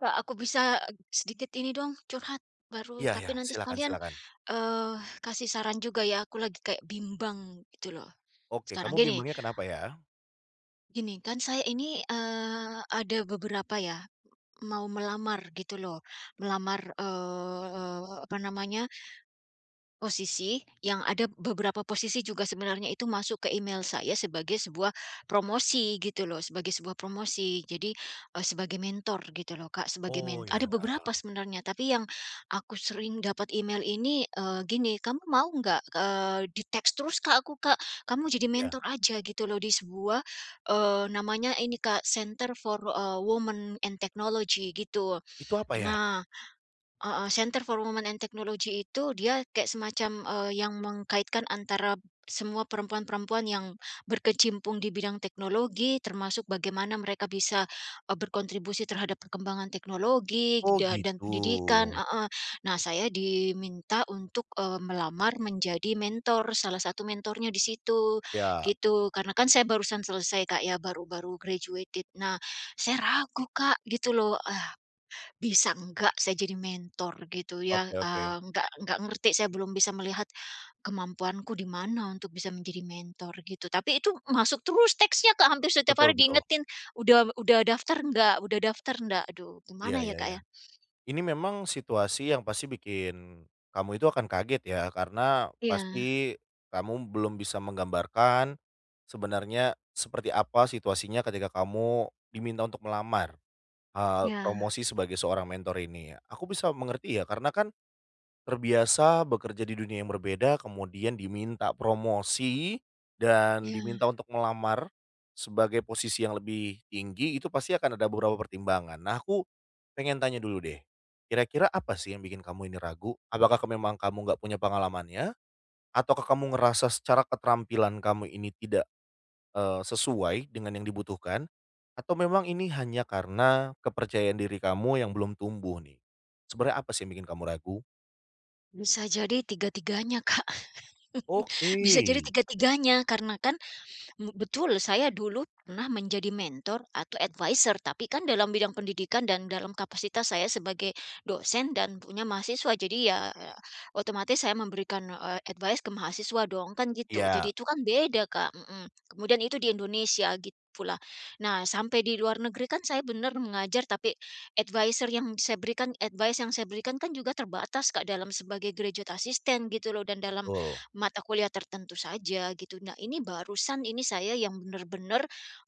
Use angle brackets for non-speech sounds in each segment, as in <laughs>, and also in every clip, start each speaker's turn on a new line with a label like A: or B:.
A: Kak, aku bisa sedikit ini dong curhat baru
B: Iya
A: tapi
B: ya,
A: nanti
B: silakan
A: sekalian,
B: silakan.
A: eee, kasih saran juga ya aku lagi kayak bimbang gitu loh
B: Oke,
A: sekarang.
B: kamu
A: Gini
B: bimbangnya kenapa ya?
A: gini kan saya ini, ada beberapa ya mau melamar gitu loh melamar, apa namanya, posisi, yang ada beberapa posisi juga sebenarnya itu masuk ke email saya sebagai sebuah promosi gitu loh, sebagai sebuah promosi. Jadi, sebagai mentor gitu loh, Kak, sebagai
B: Oh
A: mentor ada
B: ya
A: beberapa sebenarnya, tapi yang aku sering dapat email ini, gini, "Kamu mau nggak," di teks terus, Kak, aku, Kak, "kamu jadi
B: ya.
A: mentor aja," gitu loh, di sebuah, namanya ini, Kak, Center for, Women and Technology gitu.
B: Itu apa ya?
A: Nah, heeh, Center for Women and Technology itu dia kayak semacam, yang mengkaitkan antara semua perempuan-perempuan yang berkecimpung di bidang teknologi, termasuk bagaimana mereka bisa, berkontribusi terhadap perkembangan teknologi
B: Oh
A: dan
B: gitu.
A: pendidikan, heeh. Nah, saya diminta untuk, melamar menjadi mentor, salah satu mentornya di situ,
B: Siap.
A: gitu. Karena kan saya barusan selesai Kak ya, baru-baru graduated. Nah, saya ragu Kak, gitu loh. Ah, bisa enggak saya jadi mentor gitu ya,
B: Oke oke.
A: enggak ngerti saya belum bisa melihat kemampuanku di mana untuk bisa menjadi mentor gitu, tapi itu masuk terus teksnya Kak, hampir setiap
B: Betul
A: hari
B: betul.
A: diingetin, "Udah daftar enggak? Udah daftar enggak?" Aduh
B: Iya
A: gimana ya
B: iya
A: Kak,
B: iya.
A: ya?
B: Ini memang situasi yang pasti bikin kamu itu akan kaget ya, karena
A: Iya
B: pasti kamu belum bisa menggambarkan sebenarnya seperti apa situasinya ketika kamu diminta untuk melamar,
A: iya
B: promosi sebagai seorang mentor ini. Aku bisa mengerti ya, karena kan terbiasa bekerja di dunia yang berbeda, kemudian diminta promosi dan
A: iya,
B: diminta untuk melamar sebagai posisi yang lebih tinggi, itu pasti akan ada beberapa pertimbangan. Nah, aku pengen tanya dulu deh, kira-kira apa sih yang bikin kamu ini ragu? Apakah ke memang kamu nggak punya pengalamannya? Ataukah kamu ngerasa secara keterampilan kamu ini tidak, sesuai dengan yang dibutuhkan? Atau memang ini hanya karena kepercayaan diri kamu yang belum tumbuh nih? Sebenarnya apa sih yang bikin kamu ragu?
A: bisa jadi tiga-tiganya Kak, <laughs>
B: Oke.
A: bisa jadi tiga-tiganya karena kan betul, saya dulu pernah menjadi mentor atau advisor, tapi kan dalam bidang pendidikan dan dalam kapasitas saya sebagai dosen dan punya mahasiswa. Jadi ya, otomatis saya memberikan, advice ke mahasiswa dong, kan gitu. Jadi
B: Iya,
A: itu kan beda, Kak, mhm. Kemudian itu di Indonesia gitu pula. Nah, sampai di luar negeri kan saya benar mengajar, tapi advisor yang saya berikan advice yang saya berikan kan juga terbatas, Kak, dalam sebagai graduate assistant gitu loh dan dalam
B: betul.
A: mata kuliah tertentu saja gitu. Nah ini barusan ini saya yang benar-benar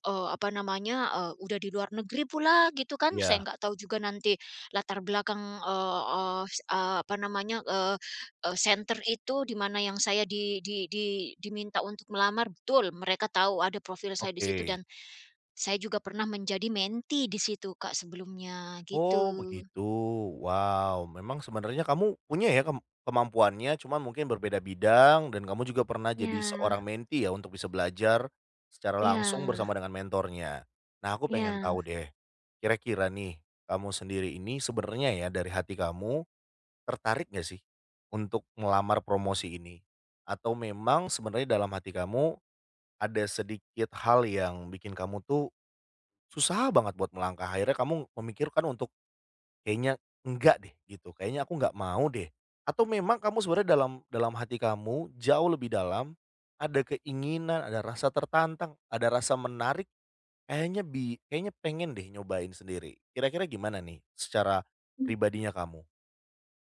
A: apa namanya, udah di luar negeri pula gitu kan, saya
B: Iya,
A: nggak tahu juga nanti latar belakang, eee eee, s eee, apa namanya, eee eee, center itu di mana yang saya di diminta untuk melamar, betul mereka tahu ada profil saya di situ
B: oke.
A: dan saya juga pernah menjadi menti di situ Kak sebelumnya, gitu.
B: Oh, begitu. Wow, memang sebenarnya kamu punya ya kemampuannya, cuman mungkin berbeda bidang dan kamu juga pernah jadi
A: Ya,
B: seorang menti ya untuk bisa belajar secara
A: ya,
B: langsung bersama dengan mentornya. Nah, aku pengen
A: ya.
B: tahu deh, kira-kira nih kamu sendiri ini sebenarnya ya dari hati kamu tertarik gak sih untuk melamar promosi ini? Atau memang sebenarnya dalam hati kamu ada sedikit hal yang bikin kamu tuh susah banget buat melangkah, akhirnya kamu memikirkan untuk, "Kayaknya enggak deh," gitu, "kayaknya aku nggak mau deh." Atau memang kamu sebenarnya dalam dalam hati kamu, jauh lebih dalam, ada keinginan, ada rasa tertantang, ada rasa menarik, kayaknya pengen deh nyobain sendiri. Kira-kira gimana nih secara pribadinya kamu?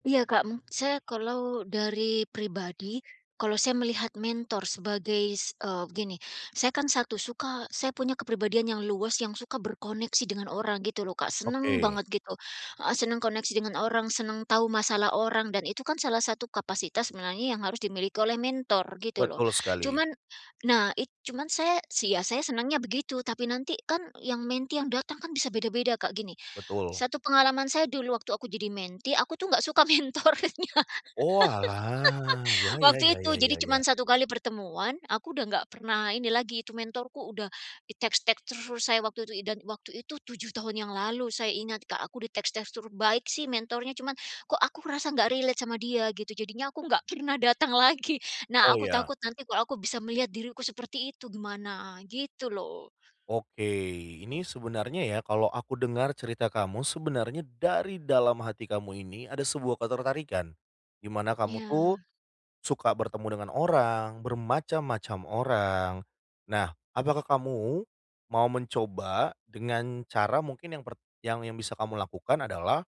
A: Iya Kak, mung saya kalau dari pribadi, kalau saya melihat mentor sebagai gini, saya kan satu suka saya punya kepribadian yang luas yang suka berkoneksi dengan orang gitu loh Kak, seneng
B: Oke,
A: banget gitu, heeh, seneng koneksi dengan orang, seneng tahu masalah orang dan itu kan salah satu kapasitas sebenarnya yang harus dimiliki oleh mentor gitu loh.
B: betul sekali,
A: Cuman nah cuman saya sih ya saya senangnya begitu, tapi nanti kan yang menti yang datang kan bisa beda-beda Kak, gini,
B: betul.
A: satu pengalaman saya dulu waktu aku jadi menti, aku tuh nggak suka <laughs> mentornya
B: Oalah, ya ya
A: waktu
B: ya
A: itu.
B: ya
A: Jadi
B: ya ya.
A: cuman satu kali pertemuan, aku udah nggak pernah ini lagi, itu mentorku udah diteks-teks terus saya waktu itu, dan waktu itu 7 tahun yang lalu saya ingat, Kak, aku diteks-teks terus. Baik sih mentornya, cuman kok aku ngerasa nggak relate sama dia gitu, jadinya aku nggak pernah datang lagi. Nah,
B: Oh,
A: aku
B: ya.
A: takut nanti kalau aku bisa melihat diriku seperti itu gimana, gitu loh.
B: Oke, ini sebenarnya ya kalau aku dengar cerita kamu sebenarnya dari dalam hati kamu ini ada sebuah ketertarikan, di mana kamu tuh
A: Ya,
B: suka bertemu dengan orang, bermacam-macam orang. Nah, apakah kamu mau mencoba dengan cara mungkin yang bisa kamu lakukan adalah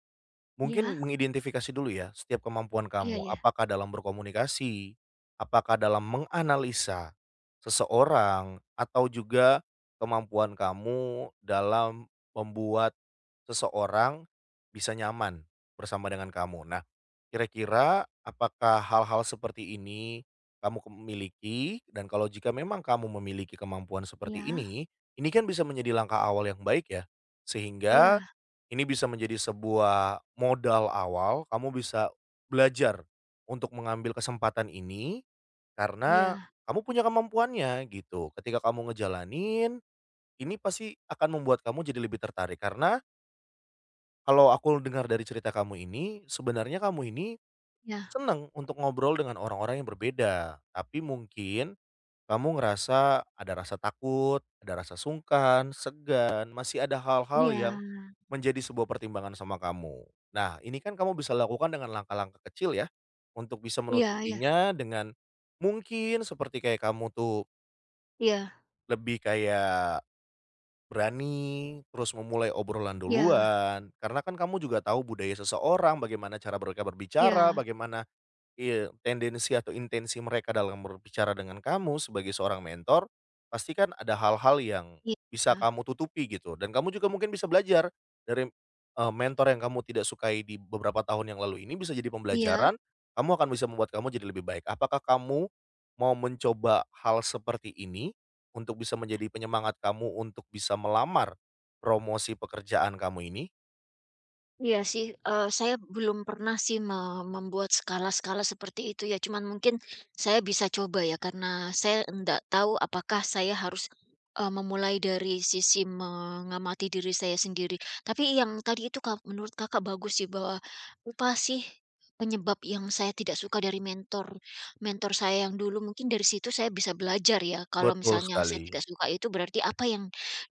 B: mungkin
A: ya,
B: mengidentifikasi dulu ya setiap kemampuan
A: ya,
B: kamu,
A: ya,
B: apakah dalam berkomunikasi, apakah dalam menganalisa seseorang, atau juga kemampuan kamu dalam membuat seseorang bisa nyaman bersama dengan kamu. Nah, kira-kira apakah hal-hal seperti ini kamu miliki? Dan kalau jika memang kamu memiliki kemampuan seperti
A: ya,
B: ini kan bisa menjadi langkah awal yang baik ya, sehingga
A: ya,
B: ini bisa menjadi sebuah modal awal, kamu bisa belajar untuk mengambil kesempatan ini, karena
A: ya,
B: kamu punya kemampuannya gitu. Ketika kamu ngejalanin, ini pasti akan membuat kamu jadi lebih tertarik karena kalau aku dengar dari cerita kamu ini, sebenarnya kamu ini
A: ya.
B: senang untuk ngobrol dengan orang-orang yang berbeda, tapi mungkin kamu ngerasa ada rasa takut, ada rasa sungkan, segan, masih ada hal-hal yang
A: Iya.
B: menjadi sebuah pertimbangan sama kamu. Nah, ini kan kamu bisa lakukan dengan langkah-langkah kecil ya, untuk bisa
A: Iya, iya,
B: menutupinya dengan mungkin seperti kayak kamu tuh
A: iya,
B: lebih kayak berani, terus memulai obrolan
A: iya,
B: duluan, karena kan kamu juga tahu budaya seseorang, bagaimana cara mereka berbicara,
A: iya,
B: bagaimana iya, tendensi atau intensi mereka dalam berbicara dengan kamu sebagai seorang mentor, pasti kan ada hal-hal yang
A: iya,
B: bisa
A: iya,
B: kamu tutupi gitu dan kamu juga mungkin bisa belajar dari, mentor yang kamu tidak sukai di beberapa tahun yang lalu ini bisa jadi
A: iya.
B: pembelajaran, kamu akan bisa membuat kamu jadi lebih baik. Apakah kamu mau mencoba hal seperti ini untuk bisa menjadi penyemangat kamu untuk bisa melamar promosi pekerjaan kamu ini?
A: Iya sih, saya belum pernah sih membuat skala-skala seperti itu ya, cuman mungkin saya bisa coba ya, karena saya enggak tahu apakah saya harus, memulai dari sisi mengamati diri saya sendiri. Tapi yang tadi itu Kak, menurut Kakak bagus sih, bahwa apa sih penyebab yang saya tidak suka dari mentor mentor saya yang dulu, mungkin dari situ saya bisa belajar ya, kalau
B: Betul
A: misalnya saya
B: sekali,
A: tidak suka itu berarti apa yang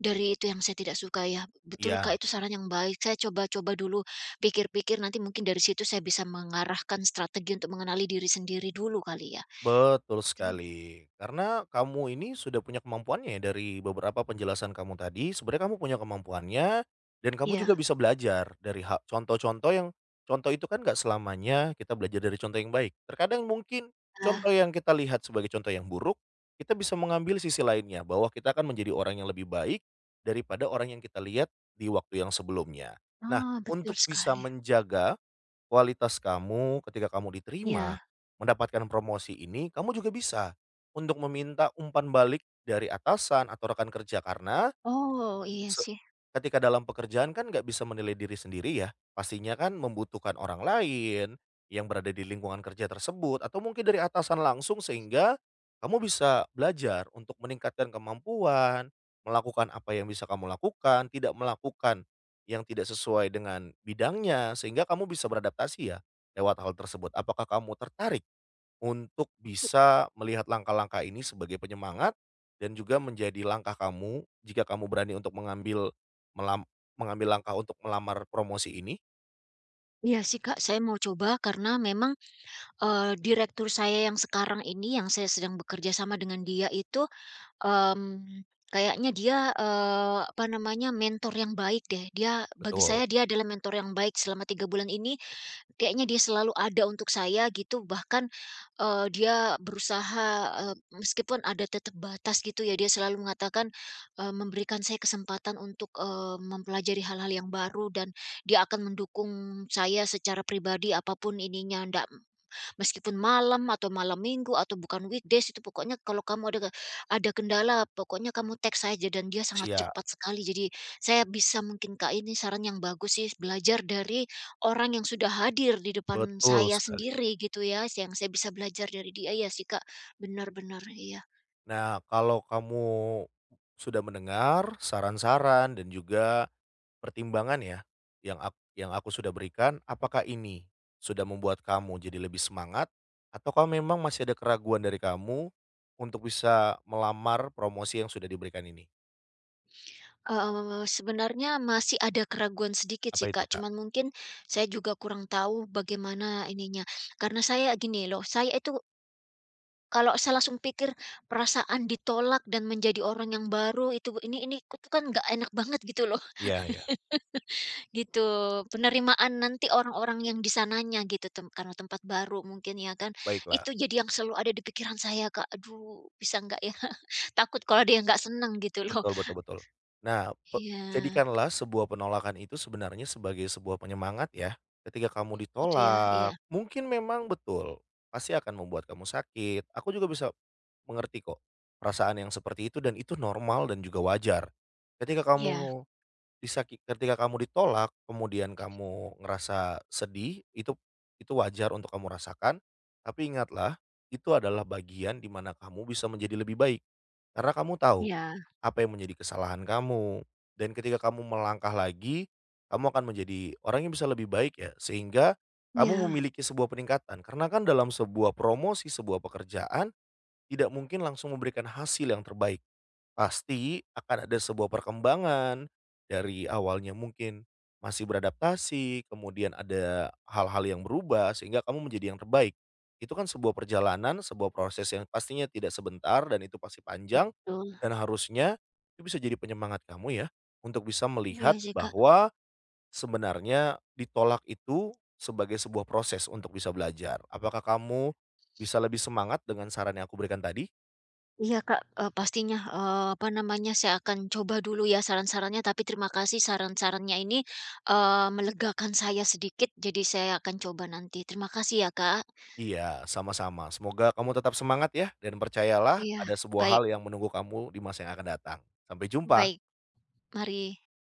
A: dari itu yang saya tidak suka ya. Betul Kak,
B: iya.
A: itu saran yang baik, saya coba-coba dulu. Pikir-pikir nanti mungkin dari situ saya bisa mengarahkan strategi untuk mengenali diri sendiri dulu kali ya?
B: Betul
A: Betul.
B: sekali, karena kamu ini sudah punya kemampuannya ya dari beberapa penjelasan kamu tadi, sebenarnya kamu punya kemampuannya dan kamu juga
A: Iya.
B: bisa belajar dari contoh-contoh yang contoh itu kan nggak selamanya kita belajar dari contoh yang baik. Terkadang mungkin contoh
A: Ah,
B: yang kita lihat sebagai contoh yang buruk, kita bisa mengambil sisi lainnya bahwa kita akan menjadi orang yang lebih baik daripada orang yang kita lihat di waktu yang sebelumnya. Nah,
A: oh, betul
B: untuk bisa
A: sekali.
B: menjaga kualitas kamu ketika kamu diterima,
A: Iya.
B: mendapatkan promosi ini, kamu juga bisa untuk meminta umpan balik dari atasan atau rekan kerja karena
A: Oh, iya
B: Se
A: sih.
B: ketika dalam pekerjaan kan nggak bisa menilai diri sendiri ya, pastinya kan membutuhkan orang lain yang berada di lingkungan kerja tersebut atau mungkin dari atasan langsung sehingga kamu bisa belajar untuk meningkatkan kemampuan, melakukan apa yang bisa kamu lakukan, tidak melakukan yang tidak sesuai dengan bidangnya sehingga kamu bisa beradaptasi ya lewat hal tersebut. Apakah kamu tertarik untuk bisa melihat langkah-langkah ini sebagai penyemangat dan juga menjadi langkah kamu jika kamu berani untuk mengambil melam mengambil langkah untuk melamar promosi ini,
A: Iya sih Kak, saya mau coba karena memang, direktur saya yang sekarang ini yang saya sedang bekerja sama dengan dia itu, mmm, kayaknya dia, apa namanya, mentor yang baik deh. Dia bagi
B: betul.
A: saya dia adalah mentor yang baik selama 3 bulan ini. Kayaknya dia selalu ada untuk saya gitu, bahkan, dia berusaha, eee, meskipun ada tetap batas gitu ya, dia selalu mengatakan, memberikan saya kesempatan untuk, mempelajari hal-hal yang baru dan dia akan mendukung saya secara pribadi, apapun ininya, ndak. Meskipun malam atau malam minggu atau bukan weekdays itu pokoknya kalau kamu ada kendala pokoknya kamu teks saja dan dia sangat
B: Siap,
A: cepat sekali. Jadi saya bisa mungkin Kak ini saran yang bagus sih belajar dari orang yang sudah hadir di depan
B: betul
A: saya
B: sekali.
A: sendiri gitu ya. Yang saya bisa belajar dari dia ya sih Kak. Benar-benar iya.
B: Nah, kalau kamu sudah mendengar saran-saran dan juga pertimbangan ya, yang aku sudah berikan, apakah ini sudah membuat kamu jadi lebih semangat, ataukah memang masih ada keraguan dari kamu untuk bisa melamar promosi yang sudah diberikan ini?
A: Eh, sebenarnya masih ada keraguan sedikit
B: Apa
A: sih
B: itu,
A: Kak.
B: Kak?
A: Cuman mungkin saya juga kurang tahu bagaimana ininya. Karena saya gini loh, saya itu kalau saya langsung pikir perasaan ditolak dan menjadi orang yang baru itu ini itu kan nggak enak banget gitu loh,
B: Iya ya
A: <laughs> gitu. Penerimaan nanti orang-orang yang di sananya gitu tem karena tempat baru mungkin ya kan, itu
B: baiklah.
A: jadi yang selalu ada di pikiran saya Kak, aduh bisa nggak ya? <laughs> Takut kalau dia nggak seneng gitu loh.
B: Betul betul betul. Nah,
A: Iya,
B: jadikanlah sebuah penolakan itu sebenarnya sebagai sebuah penyemangat ya. Ketika kamu
A: gitu ya, iya.
B: ditolak, mungkin memang betul, pasti akan membuat kamu sakit. Aku juga bisa mengerti kok perasaan yang seperti itu dan itu normal dan juga wajar. Ketika
A: Iya
B: kamu disakit, ketika kamu ditolak, kemudian kamu ngerasa sedih, itu wajar untuk kamu rasakan, tapi ingatlah, itu adalah bagian di mana kamu bisa menjadi lebih baik. Karena kamu tahu,
A: iya
B: apa yang menjadi kesalahan kamu, dan ketika kamu melangkah lagi, kamu akan menjadi orang yang bisa lebih baik ya, sehingga kamu
A: iya,
B: memiliki sebuah peningkatan. Karena kan dalam sebuah promosi, sebuah pekerjaan, tidak mungkin langsung memberikan hasil yang terbaik. Pasti akan ada sebuah perkembangan, dari awalnya mungkin masih beradaptasi, kemudian ada hal-hal yang berubah sehingga kamu menjadi yang terbaik. Itu kan sebuah perjalanan, sebuah proses yang pastinya tidak sebentar dan itu pasti panjang,
A: betul.
B: dan harusnya itu bisa jadi penyemangat kamu ya, untuk bisa
A: Iya
B: melihat
A: sih Kak.
B: bahwa sebenarnya ditolak itu sebagai sebuah proses untuk bisa belajar. Apakah kamu bisa lebih semangat dengan saran yang aku berikan tadi?
A: Iya Kak, pastinya, apa namanya, saya akan coba dulu ya saran-sarannya, tapi terima kasih saran-sarannya ini, melegakan saya sedikit, jadi saya akan coba nanti. Terima kasih ya Kak.
B: Iya, sama-sama. Semoga kamu tetap semangat ya, dan percayalah
A: Iya,
B: ada sebuah
A: baik,
B: hal yang menunggu kamu di masa yang akan datang. Sampai
A: baik,
B: jumpa.
A: mari.